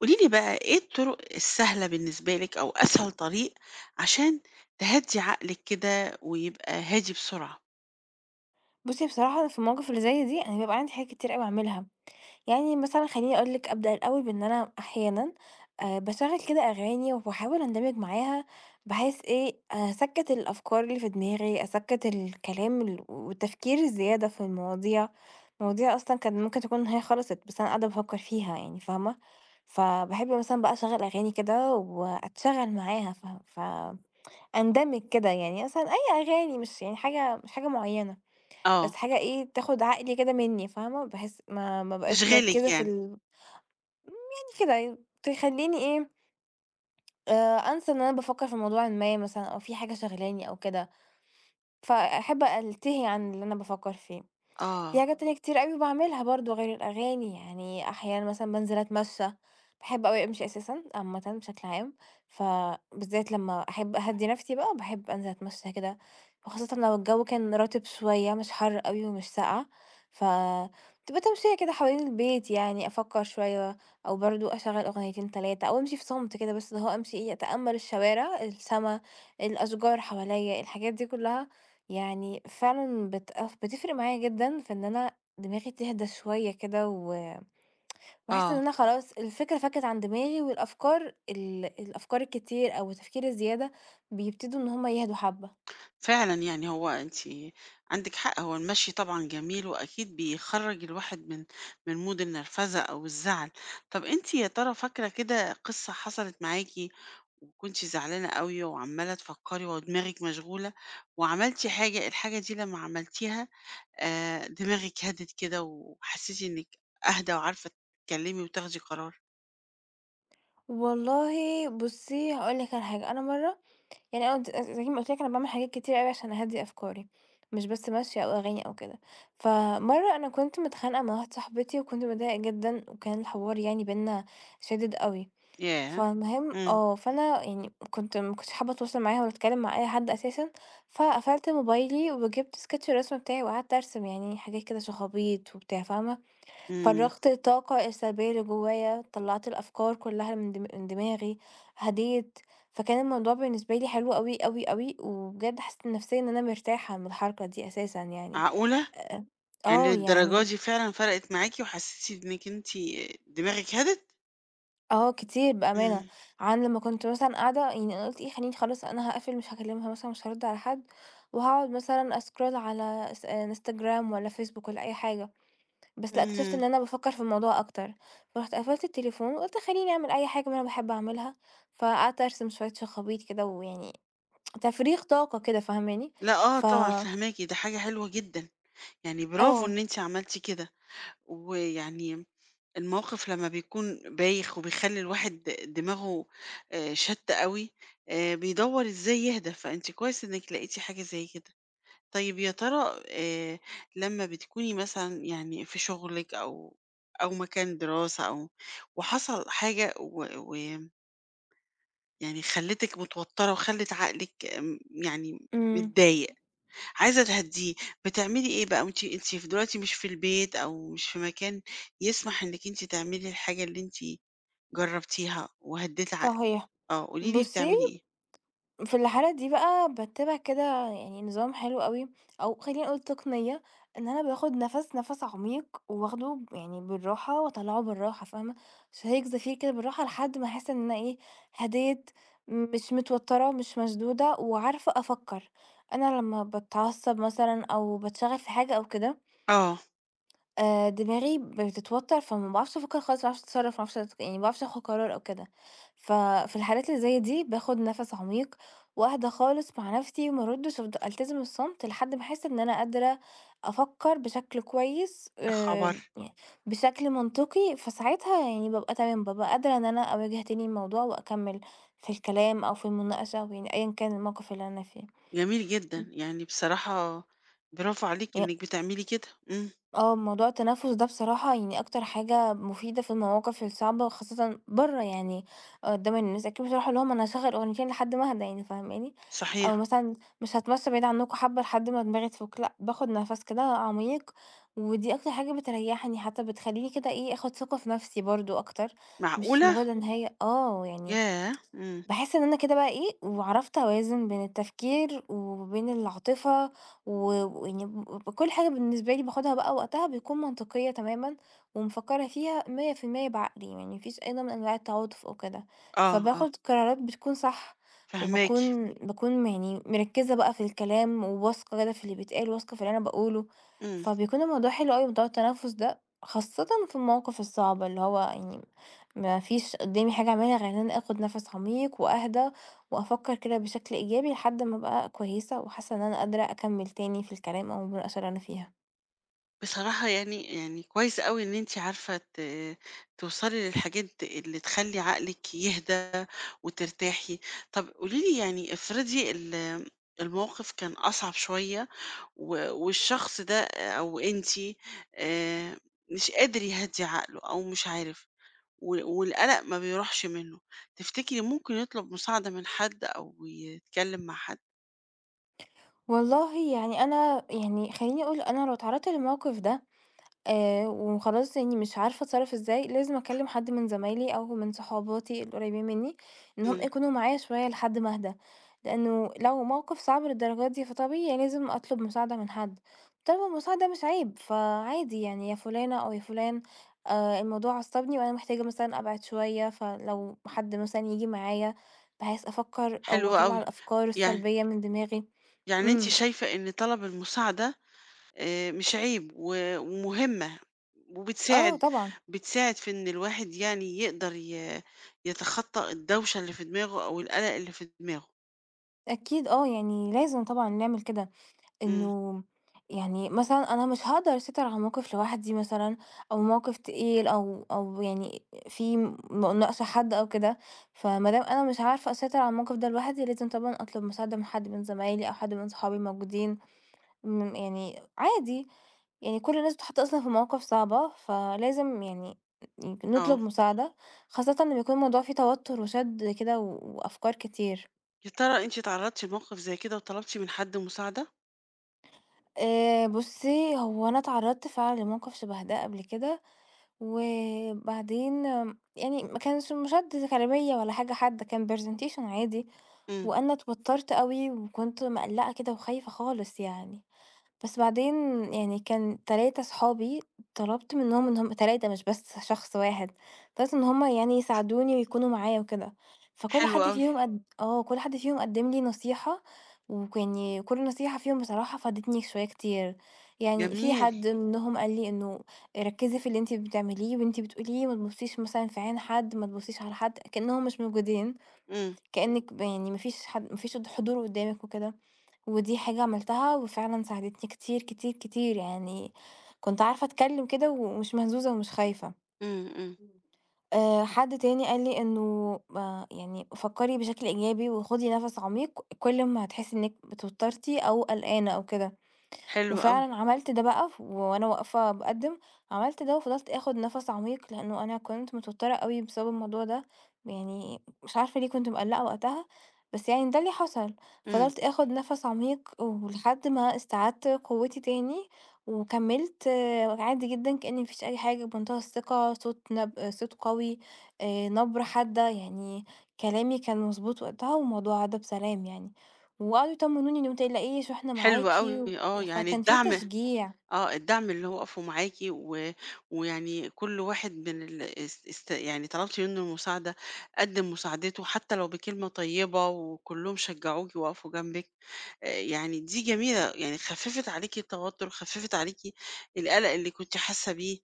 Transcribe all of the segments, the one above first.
قولي لي بقى إيه الطرق السهلة بالنسبة لِك أو أسهل طريق عشان تهدّي عقلِك كده ويبقى هادي بسرعة؟ بُصّي، بصراحة أنا في المواقف اللي زي دي، أنا بيبقى عندي حاجات كتير أوي أعملها، يعني مثلًا خلّيني أقول لِك أبدأ الأول بإن أنا أحيانًا باشغّل كده أغاني وباحاول أندمج معاها، بحيث إيه، أسَكّت الأفكار اللي في دماغي، أسَكّت الكلام والتفكير الزيادة في المواضيع، مواضيع أصلًا كان ممكن تكون هي خلصت، بس أنا قاعدة بافكّر فيها يعني فاهمة، فباحب مثلًا بقى أشغّل أغاني كده وأتشغّل معاها فأندمج كده يعني مثلًا أي أغاني مش يعني حاجة مش حاجة معيّنة. بس آه، حاجة إيه، تاخد عقلي كده منّي فاهمة، بحيث ما أبقاش تشغِلِك مركّزة في يعني. ال يعني كده يعني تخلّيني إيه، أنسى إن أنا بافكّر في موضوعٍ ما مثلًا أو في حاجة شاغلاني أو كده، فأحب ألتهي عن اللي أنا بافكّر فيه. في آه، حاجات تانية كتير أوي باعملها برضه غير الأغاني، يعني أحيانًا مثلًا بانزل أتمشى، باحب أوي أمشي أساسًا عامةً بشكل عام، فبالذات لمّا أحب أهدّي نَفْسي بقى باحب أنزل أتمشى كده، وخاصةً لو الجو كان رطب شوية مش حَر أوي ومش ساقعة، فبتبقى تمشية كده حوالين البيت يعني أفكّر شوية أو برضه أشغّل أغنيتين 3 أو أمشي في صمت كده بس اللي هو أمشي إيه، أتأمّل الشوارع، السما، الأشجار حواليّا، الحاجات دي كُلّها يعني فعلًا بتقف بتفرق معايا جدًا في إن أنا دماغي تهدى شوية كده واحس إن آه. أنا خلاص الفكرة فكت عن دماغي والأفكار ال الأفكار الكتير أو التفكير الزيادة بيبتدوا إن هم يهدوا حبة. فعلًا يعني هو أنتِ عندِك حق، هو المشي طبعًا جميل وأكيد بيخرّج الواحد من مود النرفزة أو الزعل. طب أنتِ يا ترى فاكرة كده قصة حصلت معاكِ وكنتِ زعلانة أوي وعمّالة تفكّري ودماغِك مشغولة وعملتِ حاجة، الحاجة دي لمّا عملتيها دماغِك هَدِت كده وحسّيتِ إنِّك أهدى وعارفة تتكلّمي وتاخدي قرار؟ والله بُصّي هاقول لِك على حاجة، أنا مرّة يعني أنا زي ما قُلت لِك أنا باعمل حاجات كتير أوي عشان أهدّي أفكاري، مش بس مَشي أو أغاني أو كده. فمرّة أنا كنت متخانقة مع واحدة صاحبتي وكنت متضايقة جدًا وكان الحوار يعني بيننا شادد أوي. ياه! فالمهم إمم، آه، فأنا يعني كنت ما كنتش حابة أتواصل معاها ولا أتكلم مع أي حد أساسًا، فقفلت موبايلي وجبت سكتش الرسم بتاعي وقعدت أرسم يعني حاجات كده شخابيط وبتاع فاهمة، إمم، فرّغت الطاقة السلبية اللي جوايا، طلّعت الأفكار كلها من دماغي، هديت، فكان الموضوع بالنسبة لي حلو أوي، أوي، أوي، وبجد حسيت نفسيًا إن أنا مرتاحة من الحركة دي أساسًا يعني، معقولة؟! آآ يعني آه للدرجة يعني دي فعلًا فرقت معاكِ وحسّيتِ إنِّك أنتِ دماغِك هَدِت؟ آه كتير بأمانة، إمم، عن لمّا كنت مثلًا قاعدة يعني أنا قُلت إيه خلّيني خلاص أنا هاقفل مش هاكلمها مثلًا مش هارُد على حد، وهاقعد مثلًا أسكرول على آه، إنستجرام والّا فيسبوك والّا أي حاجة، بس لأ اكتشفت إمم. إن أنا بافكّر في الموضوع أكتر، فرُحت قفلت التليفون وقُلت خلّيني أعمل أي حاجة أنا باحب أعملها، فقعدت أرسم شوية شخابيط كده ويعني تفريغ طاقة كده فاهماني؟ لأ، آه ف طبعًا فاهماكِ، ده حاجة حلوة جدًا، يعني برافو آه، إن أنتِ عملتِ كده، ويعني الموقف لمّا بيكون بايخ وبيخلّي الواحد دماغه شَتّ أوي، بيدوّر إزاي يهدى، فأنتِ كويس إنِّك لقيتِ حاجة زي كده. طيب يا ترى لمّا بتكوني مثلًا يعني في شغلِك أو أو مكان دراسة أو وحصل حاجة و يعني خلّتِك متوتّرة وخلّت عقلِك يعني إمم متضايق، عايزة تهدّيه، بتعملي إيه بقى وأنتِ ف دلوقتي مش في البيت أو مش في مكان يسمح إنِّك أنتِ تعملي الحاجة اللي أنتِ جرّبتيها وهدّيتِ عقلِك، صحيح. آه، قولي لي بُصّي بتعملي إيه؟ في الحالة دي بقى باتّبع كده يعني نظام حلو أوي، أو خلّينا نقول تقنية، إن أنا باخد نَفَس عميق وآخده يعني بالراحة وأطلّعه بالراحة فاهمة، شهيق زفير كده بالراحة لحد ما أحس إن أنا إيه، هديت، مش متوتّرة، مش مشدودة، وعارفة أفكّر. أنا لمّا باتعصّب مثلًا أو باتشغِل في حاجة أو كده آه، دماغي بتتوتر، فما باعرفش أفكّر خالص، ما باعرفش أتصرّف، ما باعرفش أت يعني ما باعرفش آخُد قرار أو كده. ففي الحالات اللي زي دي باخُد نَفَس عميق وأهدى خالص مع نَفْسي وما أردّش، ألتزم الصمت لحد ما أحس إن أنا قادرة أفكّر بشكل كويس، يا خبر! يعني بشكل منطقي، فساعتها يعني بابقى تمام، بابقى قادرة إن أنا أواجه تاني الموضوع وأكمّل في الكلام أو في المناقشة أو يعني أيًا كان الموقِف اللي أنا جميل فيه. جدًا، يعني بصراحة برافو عليكِ إنِّك بتعملي كده، إمم، آه، موضوع التنفس ده بصراحة يعني أكتر حاجة مفيدة في المواقف الصعبة، خاصةً برّه يعني آه، قدّام الناس، أكيد مش هاروح أقول لهم أنا هاشغّل أغنيتين لحد ما أهدى يعني فاهماني؟ أو صحيح، مثلًا مش هاتمشى بعيد عنكم حبة لحد ما دماغي تفُك، لأ، باخد نَفَس كده عميق، ودي أكتر حاجة بتريحني، حتى بتخلّيني كده إيه، آخد ثقة في نَفْسي برضه أكتر، مش معقولة! مجرد إن هي آه، يعني ياه! إمم، باحس إن أنا كده بقى إيه، وعرفت أوازن بين التفكير وبين العاطفة و ويعني بكل حاجة بالنسبة لي باخدها بقى وقتها بيكون منطقية تمامًا، ومفكّرة فيها 100% بعقلي، يعني ما فيش أي نوع من أنواع التعاطف أو كده، آه، آه، فباخد قرارات بتكون صح، فاهماكِ، وباكون يعني مركّزة بقى في الكلام، وواثقة كده في اللي بيتقال، واثقة في اللي أنا باقوله، إمم. فبيكون الموضوع حلو أوي موضوع التنفس ده، خاصةً في المواقف الصعبة اللي هو يعني ما فيش قدامي حاجة أعملها غير إن أنا آخد نفس عميق وأهدى وأفكر كده بشكل إيجابي لحد ما أبقى كويسة وحاسة إن أنا قادرة أكمل تاني في الكلام أو المناقشة اللي أنا فيها. بصراحة يعني كويس أوي إن أنتِ عارفة ت توصلي للحاجات اللي تخلّي عقلِك يهدى وترتاحي. طب قولي لي يعني افرضي ال الموقف كان أصعب شوية و والشخص ده أو أنتِ آآ مش قادر يهدّي عقله أو مش عارف و والقلق ما بيروحش منه، تفتكري ممكن يطلب مساعدة من حد أو يتكلم مع حد؟ والله يعني أنا يعني خلّيني أقول أنا لو اتعرضت للموقف ده وخلاص يعني مش عارفة أتصرّف إزاي، لازم أكلّم حد من زمايلي أو من صحباتي القريبين منّي، إنّهم إمم، يكونوا معايا شوية لحد ما أهدى، لإنه لو موقِف صعب للدرجة دي فطبيعي لازم أطلب مساعدة من حد، طلب المساعدة مش عيب، فعادي يعني يا فلانة أو يا فلان الموضوع عصّبني وأنا محتاجة مثلًا أبعد شوية، فلو حد مثلًا ييجي معايا بحيث أفكّر أو حلو أطلّع أوي. الأفكار يعني السلبية من دماغي. يعني أنتِ إمم، شايفة إن طلب المساعدة مش عيب و ومهمة، آه وبتساعد طبعًا، بتساعد في إن الواحد يعني يقدر ي يتخطى الدوشة اللي في دماغه أو القلق اللي في دماغه. أكيد آه، يعني لازم طبعًا نعمل كده. إمم، إنه يعني مثلًا أنا مش هاقدر أسيطر على موقف لوحدي مثلًا، أو موقف تقيل أو أو يعني فيه مناقشة حد أو كده، فما دام أنا مش عارفة أسيطر على الموقف ده لوحدي، لازم طبعًا أطلب مساعدة من حد من زمايلي أو حد من صحابي موجودين، يعني عادي، يعني كل الناس بتتحط أصلًا في مواقف صعبة، فلازم يعني نطلب آه. مساعدة، خاصةً لما يكون الموضوع فيه توتر وشد كده وأفكار كتير. يا ترى أنتِ اتعرضتِ لموقف زي كده وطلبتِ من حد مساعدة؟ بُصّي، هو أنا اتعرضت فعلًا لموقف شبه ده قبل كده، وبعدين يعني ما كانش مشادة غالبية ولا حاجة حادة، كان presentation عادي، إمم، وأنا اتوترت أوي وكنت مقلّقة كده وخايفة خالص يعني. بس بعدين يعني كان 3 صحابي طلبت منهم إن هم 3 مش بس شخص واحد، طلبت إن هم يعني يساعدوني ويكونوا معايا وكده، فكل حلو حد أوي، فيهم آه، كل حد فيهم قدّم لي نصيحة يعني كل نصيحة فيهم بصراحة فادتني شوية كتير، يعني في جميل، حد منهم قال لي إنه ركّزي في اللي أنتِ بتعمليه واللي أنتِ بتقوليه، ما تبُصّيش مثلًا في عين حد، ما تبُصّيش على حد، كإنهم مش موجودين، إمم، كإنِّك يعني ما فيش حد ما فيش حضور قدّامِك وكده. ودي حاجة عملتها وفعلًا ساعدتني كتير، كتير، كتير، يعني كنت عارفة أتكلم كده ومش مهزوزة ومش خايفة. إمم، إمم، حد تاني قال لي إنه ما يعني فكّري بشكل إيجابي وخُدي نَفَس عميق كل ما هتحسّي إنِّك اتوترتِ أو قلقانة أو كده. حلو أوي، وفعلًا عملت ده بقى وأنا واقفة باقدّم، عملت ده وفضلت آخد نَفَس عميق، لإنه أنا كنت متوترة أوي بسبب الموضوع ده، يعني مش عارفة ليه كنت مقلّقة وقتها، بس يعني ده اللي حصل، إمم، فضلت آخد نَفَس عميق ولحد ما استعدت قوتي تاني، وكمّلت آه، عادي جدًا كأن ما فيش أي حاجة، بمنتهى الثقة، صوت قوي، نبرة حادة، يعني كلامي كان مضبوط وقتها والموضوع عدّى بسلام يعني، وقعدوا يطمنوني إن ما تقلقيش وإحنا حلو معاكِ. أوي، آه، يعني فكان في الدعم تشجيع، آه، الدعم اللي هو وقفوا معاكِ و ويعني كل واحد من ال است است يعني طلبتِ منه المساعدة، قدّم مساعدته حتى لو بكلمة طيبة وكلّهم شجعوكِ ووقفوا جنبِك، يعني دي جميلة، يعني خفّفت عليكِ التوتر، خفّفت عليكِ القلق اللي كنتِ حاسة بيه،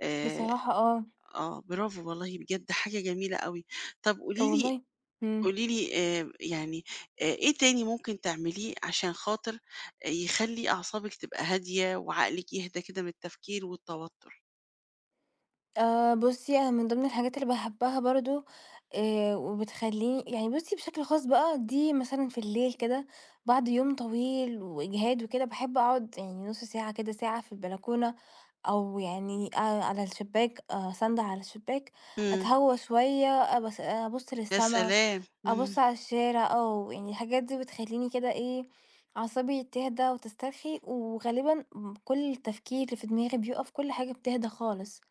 آآ بصراحة آه، آه، برافو والله بجد حاجة جميلة أوي. طب قولي لي والله إمم، قولي لي يعني إيه تاني ممكن تعمليه عشان خاطر يخلّي أعصابِك تبقى هادية وعقلِك يهدى كده من التفكير والتوتر؟ بُصّي أنا من ضمن الحاجات اللي باحبها برضه وبتخلّيني يعني بُصّي بشكل خاص بقى دي مثلًا في الليل كده بعد يوم طويل وإجهاد وكده، باحب أقعد يعني نُص ساعة كده، ساعة في البلكونة أو يعني على الشباك ساندة على الشباك، إمم. أتهوى شوية أبُص يا للسما سلام! إمم، أبُص على الشارع آه، يعني الحاجات دي بتخلّيني كده إيه، أعصابي تهدا وتسترخي، وغالبًا كل التفكير اللي في دماغي بيُقف، كل حاجة بتهدا خالص،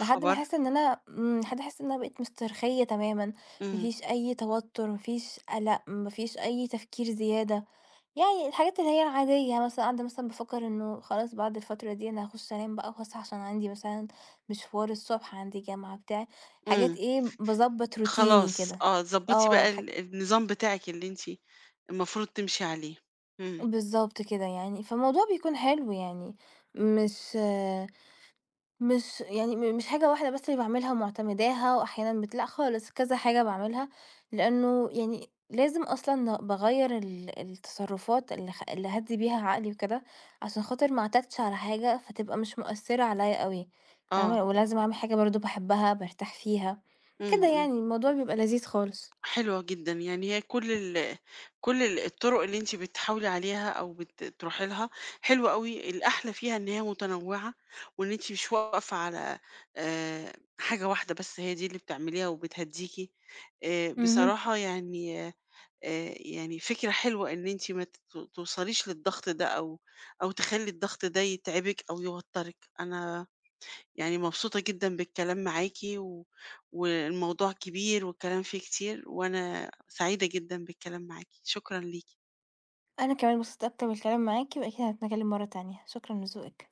لحد ما خبر! أحس إن أنا إمم، لحد أحس إن أنا بقيت مسترخية تمامًا، ما إمم، فيش أي توتر، ما فيش قلق، ما فيش أي تفكير زيادة، يعني الحاجات اللي هي العادية، مثلًا قاعدة مثلًا بافكر إنه خلاص بعد الفترة دي أنا هاخش أنام بقى وهاصحى عشان عندي مثلًا مشوار الصبح، عندي جامعة، بتاع، حاجات إمم، إيه باضبّط روتيني خلاص كده، آه، ضبّطي آه، بقى ال النظام بتاعِك اللي أنتِ المفروض تمشي عليه. إمم، بالضبط كده يعني، فالموضوع بيكون حلو يعني، مش مش يعني مش حاجة واحدة بس اللي باعملها ومعتمداها وأحيانًا بت لأ خالص، كذا حاجة باعملها، لأنه يعني لازم أصلًا باغيّر التصرفات اللي أهدّي بيها عقلي وكده، عشان خاطر ما اعتادش على حاجة فتبقى مش مؤثرة عليَّ أوي، آه، فاهمة؟ ولازم أعمل حاجة برضه باحبها، بارتاح فيها، إمم، كده إمم. يعني الموضوع بيبقى لذيذ خالص. حلوة جدًا، يعني هي كل ال كل ال الطرق اللي أنتِ بتحاولي عليها أو بت تروحي لها حلوة أوي، الأحلى فيها إن هي متنوعة، وإن أنتِ مش واقفة على آآ، حاجة واحدة بس هي دي اللي بتعمليها وبتهدّيكِ، اهم. بصراحة يعني يعني فكرة حلوة إن أنتِ ما ت توصليش للضغط ده أو أو تخلّي الضغط ده يتعبِك أو يوتّرِك، أنا يعني مبسوطة جدًا بالكلام معاكِ و والموضوع كبير والكلام فيه كتير، وأنا سعيدة جدًا بالكلام معاكِ، شكرًا ليكِ. أنا كمان اتبسطت أكتر بالكلام معاكِ، وأكيد هنتكلم مرة تانية، شكرًا لذوقِك.